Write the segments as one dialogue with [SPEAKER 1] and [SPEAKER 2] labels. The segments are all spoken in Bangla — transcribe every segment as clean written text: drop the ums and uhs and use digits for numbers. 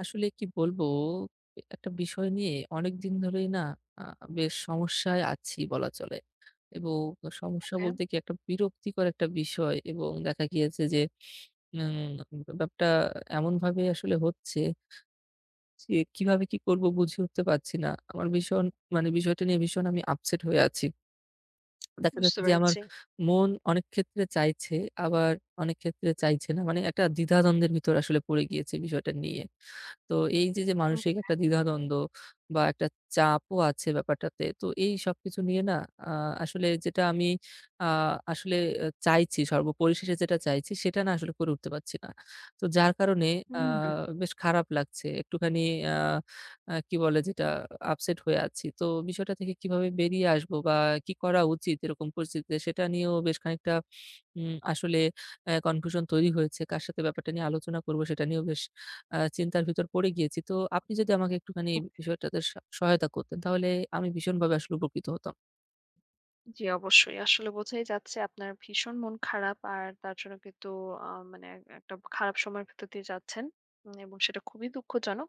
[SPEAKER 1] আসলে কি বলবো? একটা বিষয় নিয়ে অনেকদিন ধরেই না আ বেশ সমস্যায় আছি বলা চলে। এবং সমস্যা
[SPEAKER 2] ওকে,
[SPEAKER 1] বলতে কি একটা বিরক্তিকর একটা বিষয় এবং দেখা গিয়েছে যে উম ব্যাপারটা এমনভাবে আসলে হচ্ছে যে কিভাবে কি করব বুঝে উঠতে পারছি না। আমার ভীষণ মানে বিষয়টা নিয়ে ভীষণ আমি আপসেট হয়ে আছি। দেখা
[SPEAKER 2] বুঝতে
[SPEAKER 1] যাচ্ছে যে আমার
[SPEAKER 2] পেরেছি।
[SPEAKER 1] মন অনেক ক্ষেত্রে চাইছে, আবার অনেক ক্ষেত্রে চাইছে না। মানে একটা দ্বিধাদ্বন্দ্বের ভিতর আসলে পড়ে গিয়েছি বিষয়টা নিয়ে। তো এই যে
[SPEAKER 2] উম
[SPEAKER 1] মানসিক একটা দ্বিধাদ্বন্দ্ব বা একটা চাপও আছে ব্যাপারটাতে। তো এই সবকিছু নিয়ে না আ আসলে যেটা আমি আ আসলে চাইছি, সর্বপরিশেষে যেটা চাইছি সেটা না আসলে করে উঠতে পারছি না। তো যার কারণে আ
[SPEAKER 2] হুম, হুম।
[SPEAKER 1] বেশ খারাপ লাগছে। একটুখানি আ আ কি বলে, যেটা আপসেট হয়ে আছি। তো বিষয়টা থেকে কিভাবে বেরিয়ে আসবো বা কি করা উচিত এরকম পরিস্থিতিতে সেটা নিয়েও বেশ খানিকটা আসলে কনফিউশন তৈরি হয়েছে। কার সাথে ব্যাপারটা নিয়ে আলোচনা করব সেটা নিয়েও বেশ চিন্তার ভিতর পড়ে গিয়েছি। তো আপনি যদি আমাকে একটুখানি এই বিষয়টাতে সহায়তা করতেন তাহলে আমি ভীষণভাবে আসলে উপকৃত হতাম।
[SPEAKER 2] জি, অবশ্যই। আসলে বোঝাই যাচ্ছে আপনার ভীষণ মন খারাপ। আর তার জন্য কিন্তু আ মানে একটা খারাপ সময়ের ভেতর দিয়ে যাচ্ছেন। এবং সেটা খুবই দুঃখজনক।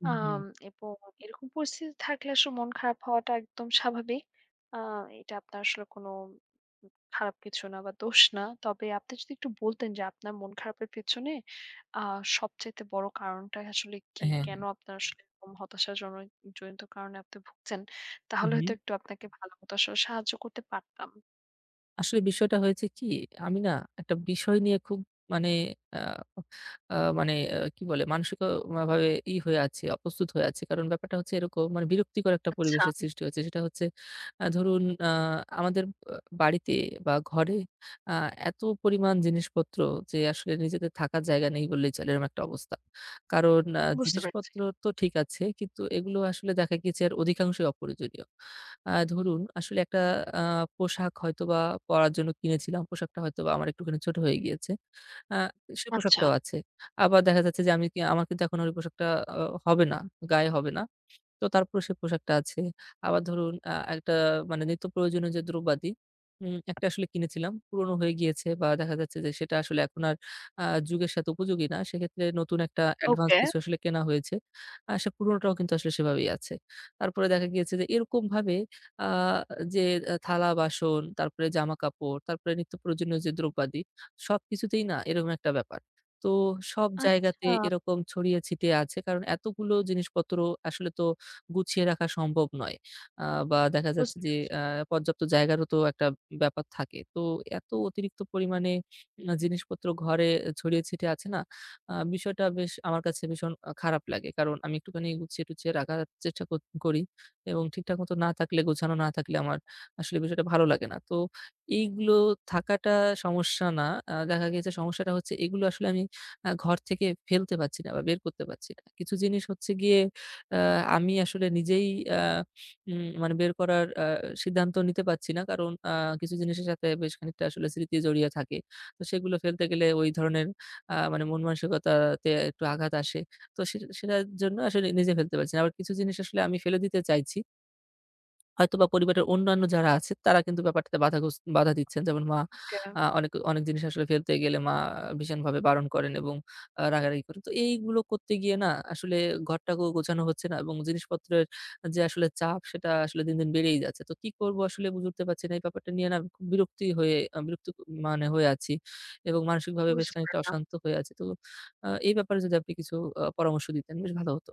[SPEAKER 1] হুম, হুম।
[SPEAKER 2] আম এবং এরকম পরিস্থিতি থাকলে আসলে মন খারাপ হওয়াটা একদম স্বাভাবিক। আ এটা আপনার আসলে কোনো খারাপ কিছু না বা দোষ না। তবে আপনি যদি একটু বলতেন যে আপনার মন খারাপের পেছনে আ সবচাইতে বড় কারণটা আসলে কি?
[SPEAKER 1] হ্যাঁ,
[SPEAKER 2] কেন
[SPEAKER 1] হ্যাঁ।
[SPEAKER 2] আপনার আসলে এরকম হতাশাজনক জনিত কারণে আপনি ভুগছেন?
[SPEAKER 1] হু,
[SPEAKER 2] তাহলে
[SPEAKER 1] হু।
[SPEAKER 2] হয়তো একটু আপনাকে ভালো মতো আসলে সাহায্য করতে পারতাম।
[SPEAKER 1] আসলে বিষয়টা হয়েছে কি, আমি না একটা বিষয় নিয়ে খুব মানে আ আ মানে কি বলে, মানসিক ভাবে ই হয়ে আছি, অপ্রস্তুত হয়ে আছি। কারণ ব্যাপারটা হচ্ছে এরকম, মানে বিরক্তিকর একটা
[SPEAKER 2] আচ্ছা,
[SPEAKER 1] পরিবেশের সৃষ্টি হয়েছে। সেটা হচ্ছে, ধরুন আমাদের আ বাড়িতে বা ঘরে আ এত পরিমাণ জিনিসপত্র যে আসলে নিজেদের থাকার জায়গা নেই বললেই চলে, এরকম একটা অবস্থা। কারণ
[SPEAKER 2] বুঝতে পেরেছি।
[SPEAKER 1] জিনিসপত্র তো ঠিক আছে, কিন্তু এগুলো আসলে দেখা গিয়েছে এর অধিকাংশই অপ্রয়োজনীয়। ধরুন আসলে একটা আ পোশাক হয়তোবা পরার জন্য কিনেছিলাম। পোশাকটা হয়তোবা আমার একটুখানি ছোট হয়ে গিয়েছে। আ সে
[SPEAKER 2] আচ্ছা,
[SPEAKER 1] পোশাকটাও আছে। আবার দেখা যাচ্ছে যে আমি কি, আমার কিন্তু এখন আর ওই পোশাকটা আ হবে না, গায়ে হবে না। তো তারপরে সে পোশাকটা আছে। আবার ধরুন একটা মানে নিত্য প্রয়োজনীয় যে দ্রব্যাদি, একটা আসলে কিনেছিলাম। পুরনো হয়ে গিয়েছে বা দেখা যাচ্ছে যে সেটা আসলে এখন আর আ যুগের সাথে উপযোগী না। সেক্ষেত্রে নতুন একটা অ্যাডভান্স
[SPEAKER 2] ওকে।
[SPEAKER 1] কিছু আসলে কেনা হয়েছে। সে পুরনোটাও কিন্তু আসলে সেভাবেই আছে। তারপরে দেখা গিয়েছে যে এরকমভাবে আ যে আ থালা-বাসন, তারপরে জামাকাপড়, তারপরে নিত্য প্রয়োজনীয় যে দ্রব্যাদি, সবকিছুতেই না এরকম একটা ব্যাপার। তো সব
[SPEAKER 2] আচ্ছা,
[SPEAKER 1] জায়গাতে এরকম ছড়িয়ে ছিটিয়ে আছে। কারণ এতগুলো জিনিসপত্র আসলে তো গুছিয়ে রাখা সম্ভব নয়। আ বা দেখা যাচ্ছে
[SPEAKER 2] বুঝতে
[SPEAKER 1] যে
[SPEAKER 2] পেরেছি।
[SPEAKER 1] পর্যাপ্ত জায়গারও তো একটা ব্যাপার থাকে। তো এত অতিরিক্ত পরিমাণে জিনিসপত্র ঘরে ছড়িয়ে ছিটিয়ে আছে না? বিষয়টা বেশ আমার কাছে ভীষণ খারাপ লাগে। কারণ আমি একটুখানি গুছিয়ে-টুছিয়ে রাখার চেষ্টা করি এবং ঠিকঠাক মতো না থাকলে, গোছানো না থাকলে আমার আসলে বিষয়টা ভালো লাগে না। তো এইগুলো থাকাটা সমস্যা না। দেখা গিয়েছে সমস্যাটা হচ্ছে এগুলো আসলে আমি ঘর থেকে ফেলতে পারছি না বা বের করতে পারছি না। কিছু জিনিস হচ্ছে গিয়ে আ আমি আসলে নিজেই আ উম মানে বের করার সিদ্ধান্ত নিতে পারছি না। কারণ কিছু জিনিসের সাথে বেশ খানিকটা আসলে স্মৃতি জড়িয়ে থাকে। তো সেগুলো ফেলতে গেলে ওই ধরনের মানে মন মানসিকতাতে একটু আঘাত আসে। তো সেটার জন্য আসলে নিজে ফেলতে পারছি না। আবার কিছু জিনিস আসলে আমি ফেলে দিতে চাইছি। হয়তোবা পরিবারের অন্যান্য যারা আছে তারা কিন্তু ব্যাপারটাতে বাধা দিচ্ছেন। যেমন মা,
[SPEAKER 2] ওকে,
[SPEAKER 1] অনেক অনেক জিনিস আসলে ফেলতে গেলে মা ভীষণভাবে বারণ করেন এবং রাগারাগি করেন। তো এইগুলো করতে গিয়ে না আসলে ঘরটাকেও গোছানো হচ্ছে না এবং জিনিসপত্রের যে আসলে চাপ সেটা আসলে দিন, দিন বেড়েই যাচ্ছে। তো কি করব আসলে বুঝে উঠতে পারছি না। এই ব্যাপারটা নিয়ে না আমি খুব বিরক্ত মানে হয়ে আছি এবং মানসিকভাবে বেশ
[SPEAKER 2] বুঝতে
[SPEAKER 1] খানিকটা
[SPEAKER 2] পারলাম।
[SPEAKER 1] অশান্ত হয়ে আছি। তো এই ব্যাপারে যদি আপনি কিছু পরামর্শ দিতেন বেশ ভালো হতো।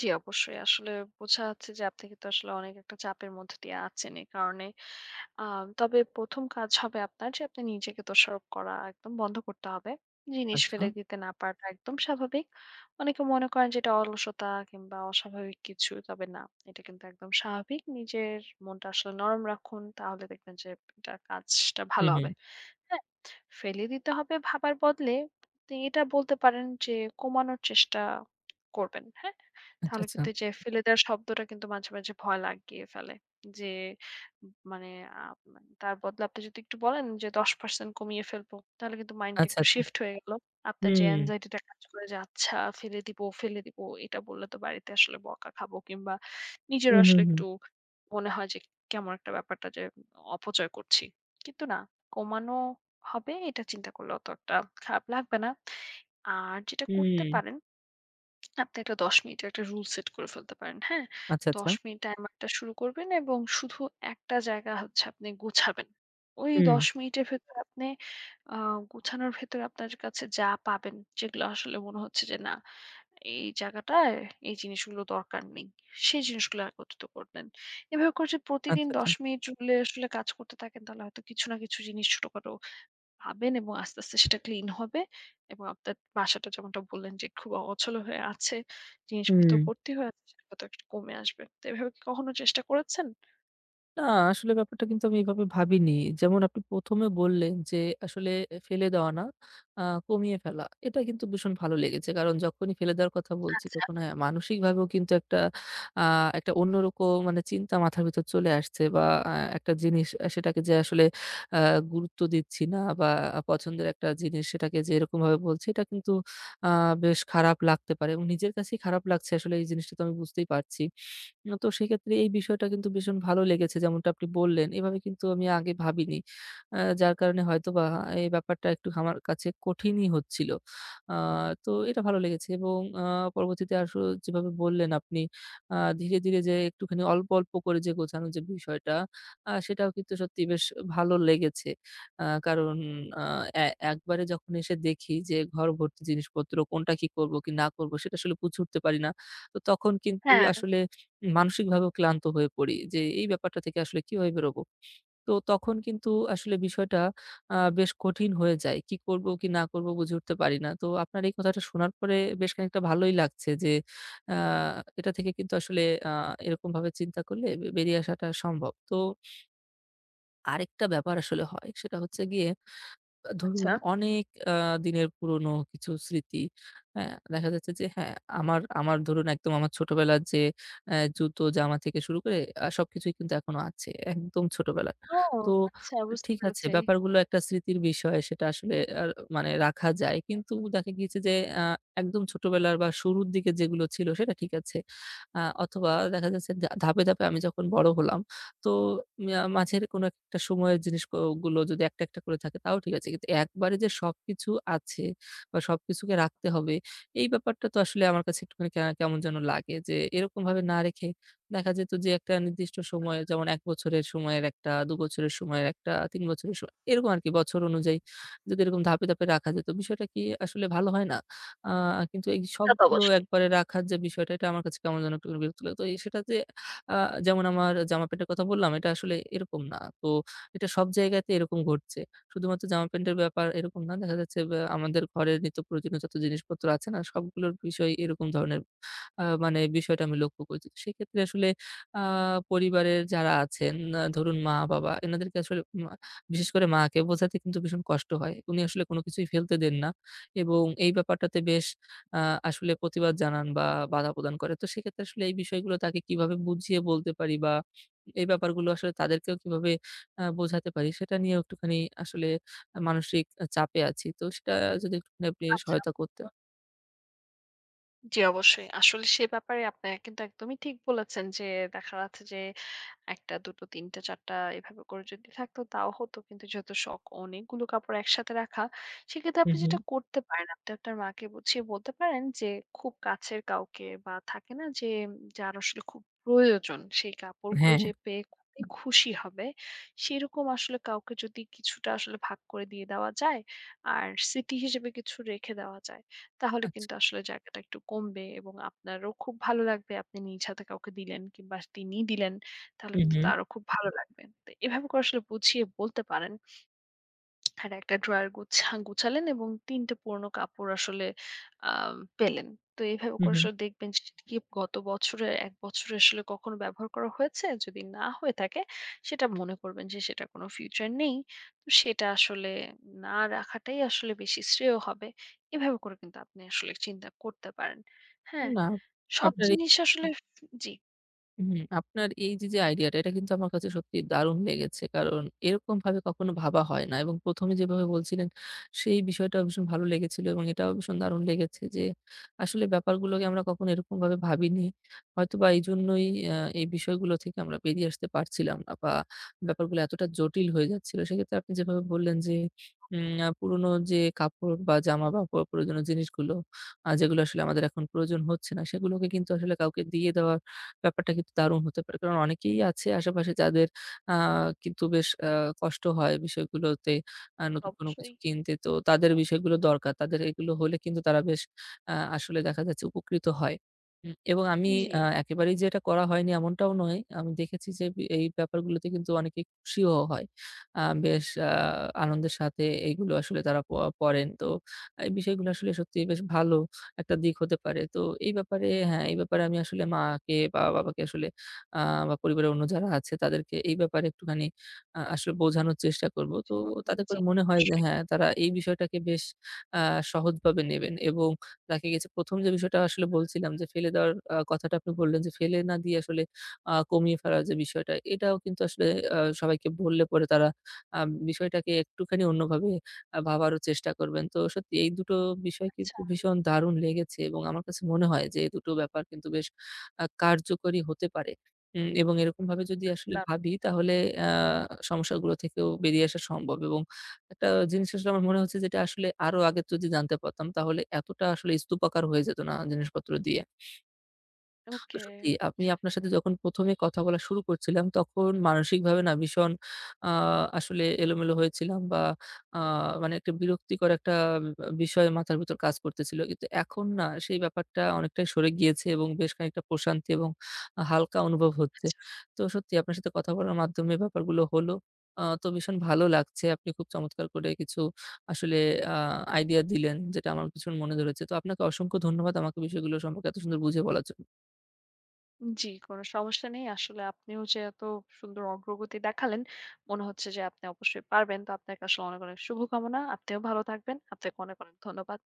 [SPEAKER 2] জি, অবশ্যই। আসলে বোঝা যাচ্ছে যে আপনি কিন্তু আসলে অনেক একটা চাপের মধ্য দিয়ে আছেন। এ কারণে আ তবে ১ম কাজ হবে আপনার যে আপনি নিজেকে দোষারোপ করা একদম বন্ধ করতে হবে। জিনিস
[SPEAKER 1] আচ্ছা।
[SPEAKER 2] ফেলে দিতে না পারাটা একদম স্বাভাবিক। অনেকে মনে করেন যে এটা অলসতা কিংবা অস্বাভাবিক কিছু। তবে না, এটা কিন্তু একদম স্বাভাবিক। নিজের মনটা আসলে নরম রাখুন। তাহলে দেখবেন যে এটা কাজটা
[SPEAKER 1] হুম,
[SPEAKER 2] ভালো
[SPEAKER 1] হুম।
[SPEAKER 2] হবে। হ্যাঁ, ফেলে দিতে হবে ভাবার বদলে আপনি এটা বলতে পারেন যে কমানোর চেষ্টা করবেন। হ্যাঁ?
[SPEAKER 1] আচ্ছা,
[SPEAKER 2] তাহলে
[SPEAKER 1] আচ্ছা।
[SPEAKER 2] কিন্তু এই যে ফেলে দেওয়ার শব্দটা কিন্তু মাঝে, মাঝে ভয় লাগিয়ে ফেলে। যে মানে আ তার বদলে আপনি যদি একটু বলেন যে 10% কমিয়ে ফেলবো। তাহলে কিন্তু মাইন্ডটা
[SPEAKER 1] আচ্ছা,
[SPEAKER 2] একটু
[SPEAKER 1] আচ্ছা।
[SPEAKER 2] শিফট হয়ে গেল। আপনার যে
[SPEAKER 1] হুম।
[SPEAKER 2] anxiety টা কাজ করে যে আচ্ছা ফেলে দিব, ফেলে দিব এটা বললে তো বাড়িতে আসলে বকা খাবো কিংবা নিজেরও
[SPEAKER 1] হুম, হুম,
[SPEAKER 2] আসলে
[SPEAKER 1] হুম।
[SPEAKER 2] একটু মনে হয় যে কেমন একটা ব্যাপারটা যে অপচয় করছি। কিন্তু না, কমানো হবে এটা চিন্তা করলে অতটা খারাপ লাগবে না। আর যেটা করতে
[SPEAKER 1] হুম।
[SPEAKER 2] পারেন, আপনি একটা ১০ মিনিটের একটা রুল সেট করে ফেলতে পারেন, হ্যাঁ?
[SPEAKER 1] আচ্ছা, আচ্ছা।
[SPEAKER 2] ১০ মিনিট টাইমারটা শুরু করবেন এবং শুধু একটা জায়গা হচ্ছে আপনি গোছাবেন। ওই
[SPEAKER 1] হুম।
[SPEAKER 2] ১০ মিনিটের ভেতর আপনি আ গোছানোর ভেতর আপনার কাছে যা পাবেন, যেগুলো আসলে মনে হচ্ছে যে না, এই জায়গাটায় এই জিনিসগুলো দরকার নেই। সেই জিনিসগুলো একত্রিত করবেন। এভাবে করে যদি প্রতিদিন
[SPEAKER 1] আচ্ছা, আচ্ছা।
[SPEAKER 2] ১০ মিনিট রুলে আসলে কাজ করতে থাকেন তাহলে হয়তো কিছু না কিছু জিনিস ছোটখাটো ভাবেন এবং আস্তে, আস্তে সেটা ক্লিন হবে এবং আপনার বাসাটা যেমনটা বললেন যে খুব অছলো হয়ে আছে, জিনিসপত্র
[SPEAKER 1] হুম।
[SPEAKER 2] ভর্তি হয়ে আছে সেটা হয়তো একটু কমে আসবে। তো এভাবে কি কখনো চেষ্টা করেছেন?
[SPEAKER 1] না, আসলে ব্যাপারটা কিন্তু আমি এভাবে ভাবিনি। যেমন আপনি ১ম এ বললেন যে আসলে ফেলে দেওয়া না, আ কমিয়ে ফেলা। এটা কিন্তু ভীষণ ভালো লেগেছে। কারণ যখনই ফেলে দেওয়ার কথা বলছি
[SPEAKER 2] আচ্ছা,
[SPEAKER 1] তখন হ্যাঁ, মানসিকভাবেও কিন্তু একটা আ একটা অন্যরকম মানে চিন্তা মাথার ভিতর চলে আসছে বা আ একটা জিনিস সেটাকে যে আসলে আ গুরুত্ব দিচ্ছি না বা পছন্দের একটা জিনিস সেটাকে যে এরকমভাবে বলছি, এটা কিন্তু আ বেশ খারাপ লাগতে পারে এবং নিজের কাছেই খারাপ লাগছে আসলে এই জিনিসটা, তো আমি বুঝতেই পারছি। না, তো সেক্ষেত্রে এই বিষয়টা কিন্তু ভীষণ ভালো লেগেছে যেমনটা আপনি বললেন। এভাবে কিন্তু আমি আগে ভাবিনি। যার কারণে হয়তোবা এই ব্যাপারটা একটু আমার কাছে কঠিনই হচ্ছিল। আ তো এটা ভালো লেগেছে এবং পরবর্তীতে আসো, যেভাবে বললেন আপনি আ ধীরে, ধীরে যে একটুখানি অল্প, অল্প করে যে গোছানো যে বিষয়টা, সেটাও কিন্তু সত্যি বেশ ভালো লেগেছে। কারণ আ এ একবারে যখন এসে দেখি যে ঘর ভর্তি জিনিসপত্র, কোনটা কি করব কি না করব সেটা আসলে বুঝে উঠতে পারি না। তো তখন কিন্তু
[SPEAKER 2] হ্যাঁ,
[SPEAKER 1] আসলে মানসিকভাবেও ক্লান্ত হয়ে পড়ি যে এই ব্যাপারটা থেকে আসলে কিভাবে বেরোবো? তো তখন কিন্তু আসলে বিষয়টা বেশ কঠিন হয়ে যায়। কি করব কি না করব বুঝে উঠতে পারি না। তো আপনার এই কথাটা শোনার পরে বেশ খানিকটা ভালোই লাগছে যে আ এটা থেকে কিন্তু আসলে আ এরকমভাবে চিন্তা করলে বেরিয়ে আসাটা সম্ভব। তো আরেকটা ব্যাপার আসলে হয়, সেটা হচ্ছে গিয়ে ধরুন
[SPEAKER 2] আচ্ছা।
[SPEAKER 1] অনেক আ দিনের পুরনো কিছু স্মৃতি। হ্যাঁ? দেখা যাচ্ছে যে হ্যাঁ, আমার আমার ধরুন একদম আমার ছোটবেলার যে জুতো, জামা থেকে শুরু করে সবকিছুই কিন্তু এখনো আছে। একদম ছোটবেলার।
[SPEAKER 2] ও
[SPEAKER 1] তো
[SPEAKER 2] আচ্ছা, বুঝতে
[SPEAKER 1] ঠিক আছে,
[SPEAKER 2] পেরেছি।
[SPEAKER 1] ব্যাপারগুলো একটা স্মৃতির বিষয় সেটা আসলে আর মানে রাখা যায়। কিন্তু দেখা গিয়েছে যে আ একদম ছোটবেলার বা শুরুর দিকে যেগুলো ছিল সেটা ঠিক আছে। অথবা দেখা যাচ্ছে ধাপে, ধাপে আমি যখন বড় হলাম, তো মাঝের কোনো একটা সময়ের জিনিস গুলো যদি একটা, একটা করে থাকে তাও ঠিক আছে। কিন্তু একবারে যে সবকিছু আছে বা সবকিছুকে রাখতে হবে এই ব্যাপারটা তো আসলে আমার কাছে একটুখানি কেমন যেন লাগে, যে এরকমভাবে না রেখে দেখা যেত যে একটা নির্দিষ্ট সময়ে, যেমন ১ বছরের সময়ের একটা, ২ বছরের সময়ের একটা, ৩ বছরের সময়, এরকম আরকি বছর অনুযায়ী যদি এরকম ধাপে, ধাপে রাখা যেত, বিষয়টা কি আসলে ভালো হয় না? আ কিন্তু এই
[SPEAKER 2] তা তো
[SPEAKER 1] সবগুলো
[SPEAKER 2] অবশ্যই।
[SPEAKER 1] একবারে রাখার যে বিষয়টা, এটা আমার কাছে কেমন যেন একটু বিরক্ত লাগে। তো এই সেটা যে আ যেমন আমার জামা প্যান্টের কথা বললাম, এটা আসলে এরকম না। তো এটা সব জায়গাতে এরকম ঘটছে। শুধুমাত্র জামা প্যান্টের ব্যাপার এরকম না। দেখা যাচ্ছে বা আমাদের ঘরের নিত্য প্রয়োজনীয় যত জিনিসপত্র আছে না, সবগুলোর বিষয় এরকম ধরনের, মানে বিষয়টা আমি লক্ষ্য করছি। তো সেক্ষেত্রে আসলে আ পরিবারের যারা আছেন, ধরুন মা-বাবা, এনাদেরকে আসলে, বিশেষ করে মাকে বোঝাতে কিন্তু ভীষণ কষ্ট হয়। উনি আসলে কোনো কিছুই ফেলতে দেন না এবং এই ব্যাপারটাতে বেশ আ আসলে প্রতিবাদ জানান বা বাধা প্রদান করে। তো সেক্ষেত্রে আসলে এই বিষয়গুলো তাকে কিভাবে বুঝিয়ে বলতে পারি বা এই ব্যাপারগুলো আসলে তাদেরকেও কিভাবে বোঝাতে পারি সেটা নিয়েও একটুখানি আসলে মানসিক চাপে আছি। তো সেটা যদি একটুখানি আপনি
[SPEAKER 2] আচ্ছা,
[SPEAKER 1] সহায়তা করতেন।
[SPEAKER 2] জি অবশ্যই। আসলে সে ব্যাপারে আপনি কিন্তু একদমই ঠিক বলেছেন যে দেখা যাচ্ছে যে ১টা, ২টো, ৩টা, ৪টা এভাবে করে যদি থাকতো তাও হতো। কিন্তু যেহেতু শখ অনেকগুলো কাপড় একসাথে রাখা, সেক্ষেত্রে
[SPEAKER 1] হু,
[SPEAKER 2] আপনি
[SPEAKER 1] হু।
[SPEAKER 2] যেটা করতে পারেন, আপনি আপনার মাকে বুঝিয়ে বলতে পারেন যে খুব কাছের কাউকে বা থাকে না যে যার আসলে খুব প্রয়োজন সেই কাপড়গুলো
[SPEAKER 1] হ্যাঁ।
[SPEAKER 2] যে পেয়ে খুবই খুশি হবে, সেরকম আসলে কাউকে যদি কিছুটা আসলে ভাগ করে দিয়ে দেওয়া যায় আর স্মৃতি হিসেবে কিছু রেখে দেওয়া যায়, তাহলে
[SPEAKER 1] আচ্ছা।
[SPEAKER 2] কিন্তু আসলে জায়গাটা একটু কমবে এবং আপনারও খুব ভালো লাগবে আপনি নিজ হাতে কাউকে দিলেন কিংবা তিনি দিলেন। তাহলে
[SPEAKER 1] হু,
[SPEAKER 2] কিন্তু
[SPEAKER 1] হু।
[SPEAKER 2] তারও খুব ভালো লাগবে। তো এভাবে করে আসলে বুঝিয়ে বলতে পারেন। আর একটা ড্রয়ার গুছালেন এবং ৩ টে পুরনো কাপড় আসলে আ পেলেন। তো এইভাবে
[SPEAKER 1] হু,
[SPEAKER 2] করে
[SPEAKER 1] হু।
[SPEAKER 2] আসলে দেখবেন যে কি গত বছরে ১ বছরে আসলে কখনো ব্যবহার করা হয়েছে? যদি না হয়ে থাকে সেটা মনে করবেন যে সেটা কোনো ফিউচার নেই। তো সেটা আসলে না রাখাটাই আসলে বেশি শ্রেয় হবে। এভাবে করে কিন্তু আপনি আসলে চিন্তা করতে পারেন। হ্যাঁ?
[SPEAKER 1] না,
[SPEAKER 2] সব হুম।
[SPEAKER 1] আপনার
[SPEAKER 2] জিনিস আসলে হুম। জি,
[SPEAKER 1] হুম, আপনার এই যে আইডিয়াটা, এটা কিন্তু আমার কাছে সত্যিই দারুণ লেগেছে। কারণ এরকমভাবে কখনো ভাবা হয় না এবং ১ম এ যেভাবে বলছিলেন সেই বিষয়টা ভীষণ ভালো লেগেছিল এবং এটাও ভীষণ দারুণ লেগেছে যে, আসলে ব্যাপারগুলোকে আমরা কখনো এরকমভাবে ভাবিনি। হয়তোবা এইজন্যই এই বিষয়গুলো থেকে আমরা বেরিয়ে আসতে পারছিলাম না বা ব্যাপারগুলো এতটা জটিল হয়ে যাচ্ছিল। সেক্ষেত্রে আপনি যেভাবে বললেন যে, উম আ পুরনো যে কাপড় বা জামা বা প্রয়োজনীয় জিনিসগুলো, যেগুলো আসলে আমাদের এখন প্রয়োজন হচ্ছে না, সেগুলোকে কিন্তু আসলে কাউকে দিয়ে দেওয়া ব্যাপারটা কিন্তু দারুণ হতে পারে। কারণ অনেকেই আছে আশেপাশে যাদের আ কিন্তু বেশ কষ্ট হয় বিষয়গুলোতে নতুন কোনো কিছু
[SPEAKER 2] অবশ্যই।
[SPEAKER 1] কিনতে। তো তাদের বিষয়গুলো দরকার। তাদের এগুলো হলে কিন্তু তারা বেশ আসলে দেখা যাচ্ছে উপকৃত হয়। এবং আমি,
[SPEAKER 2] জি।
[SPEAKER 1] হুম, একেবারেই যে এটা করা হয়নি এমনটাও নয়। আমি দেখেছি যে এই ব্যাপারগুলোতে কিন্তু অনেকেই খুশিও হয়। বেশ আনন্দের সাথে এইগুলো আসলে তারা পড়েন। তো এই বিষয়গুলো আসলে সত্যিই বেশ ভালো। একটা দিক হতে পারে। তো এই ব্যাপারে হ্যাঁ, এই ব্যাপারে আমি আসলে মাকে বা বাবাকে আসলে আ বা পরিবারের অন্য যারা আছে তাদেরকে এই ব্যাপারে একটুখানি আসলে বোঝানোর চেষ্টা করব। তো
[SPEAKER 2] জীব
[SPEAKER 1] তাতে
[SPEAKER 2] জি,
[SPEAKER 1] করে মনে হয় যে
[SPEAKER 2] অবশ্যই।
[SPEAKER 1] হ্যাঁ, তারা এই বিষয়টাকে বেশ আ সহজভাবে নেবেন এবং দেখা গেছে ১ম যে বিষয়টা আসলে বলছিলাম, যে ফেলে দেওয়ার কথাটা আপনি বললেন যে ফেলে না দিয়ে আসলে কমিয়ে ফেলার যে বিষয়টা, এটাও কিন্তু আসলে সবাইকে বললে পরে তারা আ বিষয়টাকে একটুখানি অন্যভাবে ভাবারও চেষ্টা করবেন। তো সত্যি এই দুটো বিষয়
[SPEAKER 2] আচ্ছা,
[SPEAKER 1] কিন্তু ভীষণ দারুণ লেগেছে এবং আমার কাছে মনে হয় যে এই দুটো ব্যাপার কিন্তু বেশ কার্যকরী হতে পারে। এবং এরকমভাবে যদি আসলে
[SPEAKER 2] দারুণ।
[SPEAKER 1] ভাবি তাহলে আ সমস্যাগুলো থেকেও বেরিয়ে আসা সম্ভব এবং একটা জিনিস আসলে আমার মনে হচ্ছে, যেটা আসলে আরো আগে যদি জানতে পারতাম তাহলে এতটা আসলে স্তূপাকার হয়ে যেত না জিনিসপত্র দিয়ে। তো
[SPEAKER 2] ওকে,
[SPEAKER 1] সত্যি আপনি, আপনার সাথে যখন ১ম এ কথা বলা শুরু করছিলাম, তখন মানসিকভাবে না ভীষণ আ আসলে এলোমেলো হয়েছিলাম বা আ মানে একটা বিরক্তিকর একটা বিষয় মাথার ভেতর কাজ করতেছিল। কিন্তু এখন না সেই ব্যাপারটা অনেকটাই সরে গিয়েছে এবং বেশ খানিকটা প্রশান্তি এবং হালকা অনুভব হচ্ছে।
[SPEAKER 2] আচ্ছা।
[SPEAKER 1] তো সত্যি আপনার সাথে কথা বলার মাধ্যমে ব্যাপারগুলো হলো। তো ভীষণ ভালো লাগছে। আপনি খুব চমৎকার করে কিছু আসলে আ আইডিয়া দিলেন, যেটা আমার ভীষণ মনে ধরেছে। তো আপনাকে অসংখ্য ধন্যবাদ আমাকে বিষয়গুলো সম্পর্কে এত সুন্দর বুঝিয়ে বলার জন্য।
[SPEAKER 2] জি, কোন সমস্যা নেই। আসলে আপনিও যে এত সুন্দর অগ্রগতি দেখালেন, মনে হচ্ছে যে আপনি অবশ্যই পারবেন। তো আপনাকে আসলে অনেক, অনেক শুভকামনা। আপনিও ভালো থাকবেন। আপনাকে অনেক, অনেক ধন্যবাদ।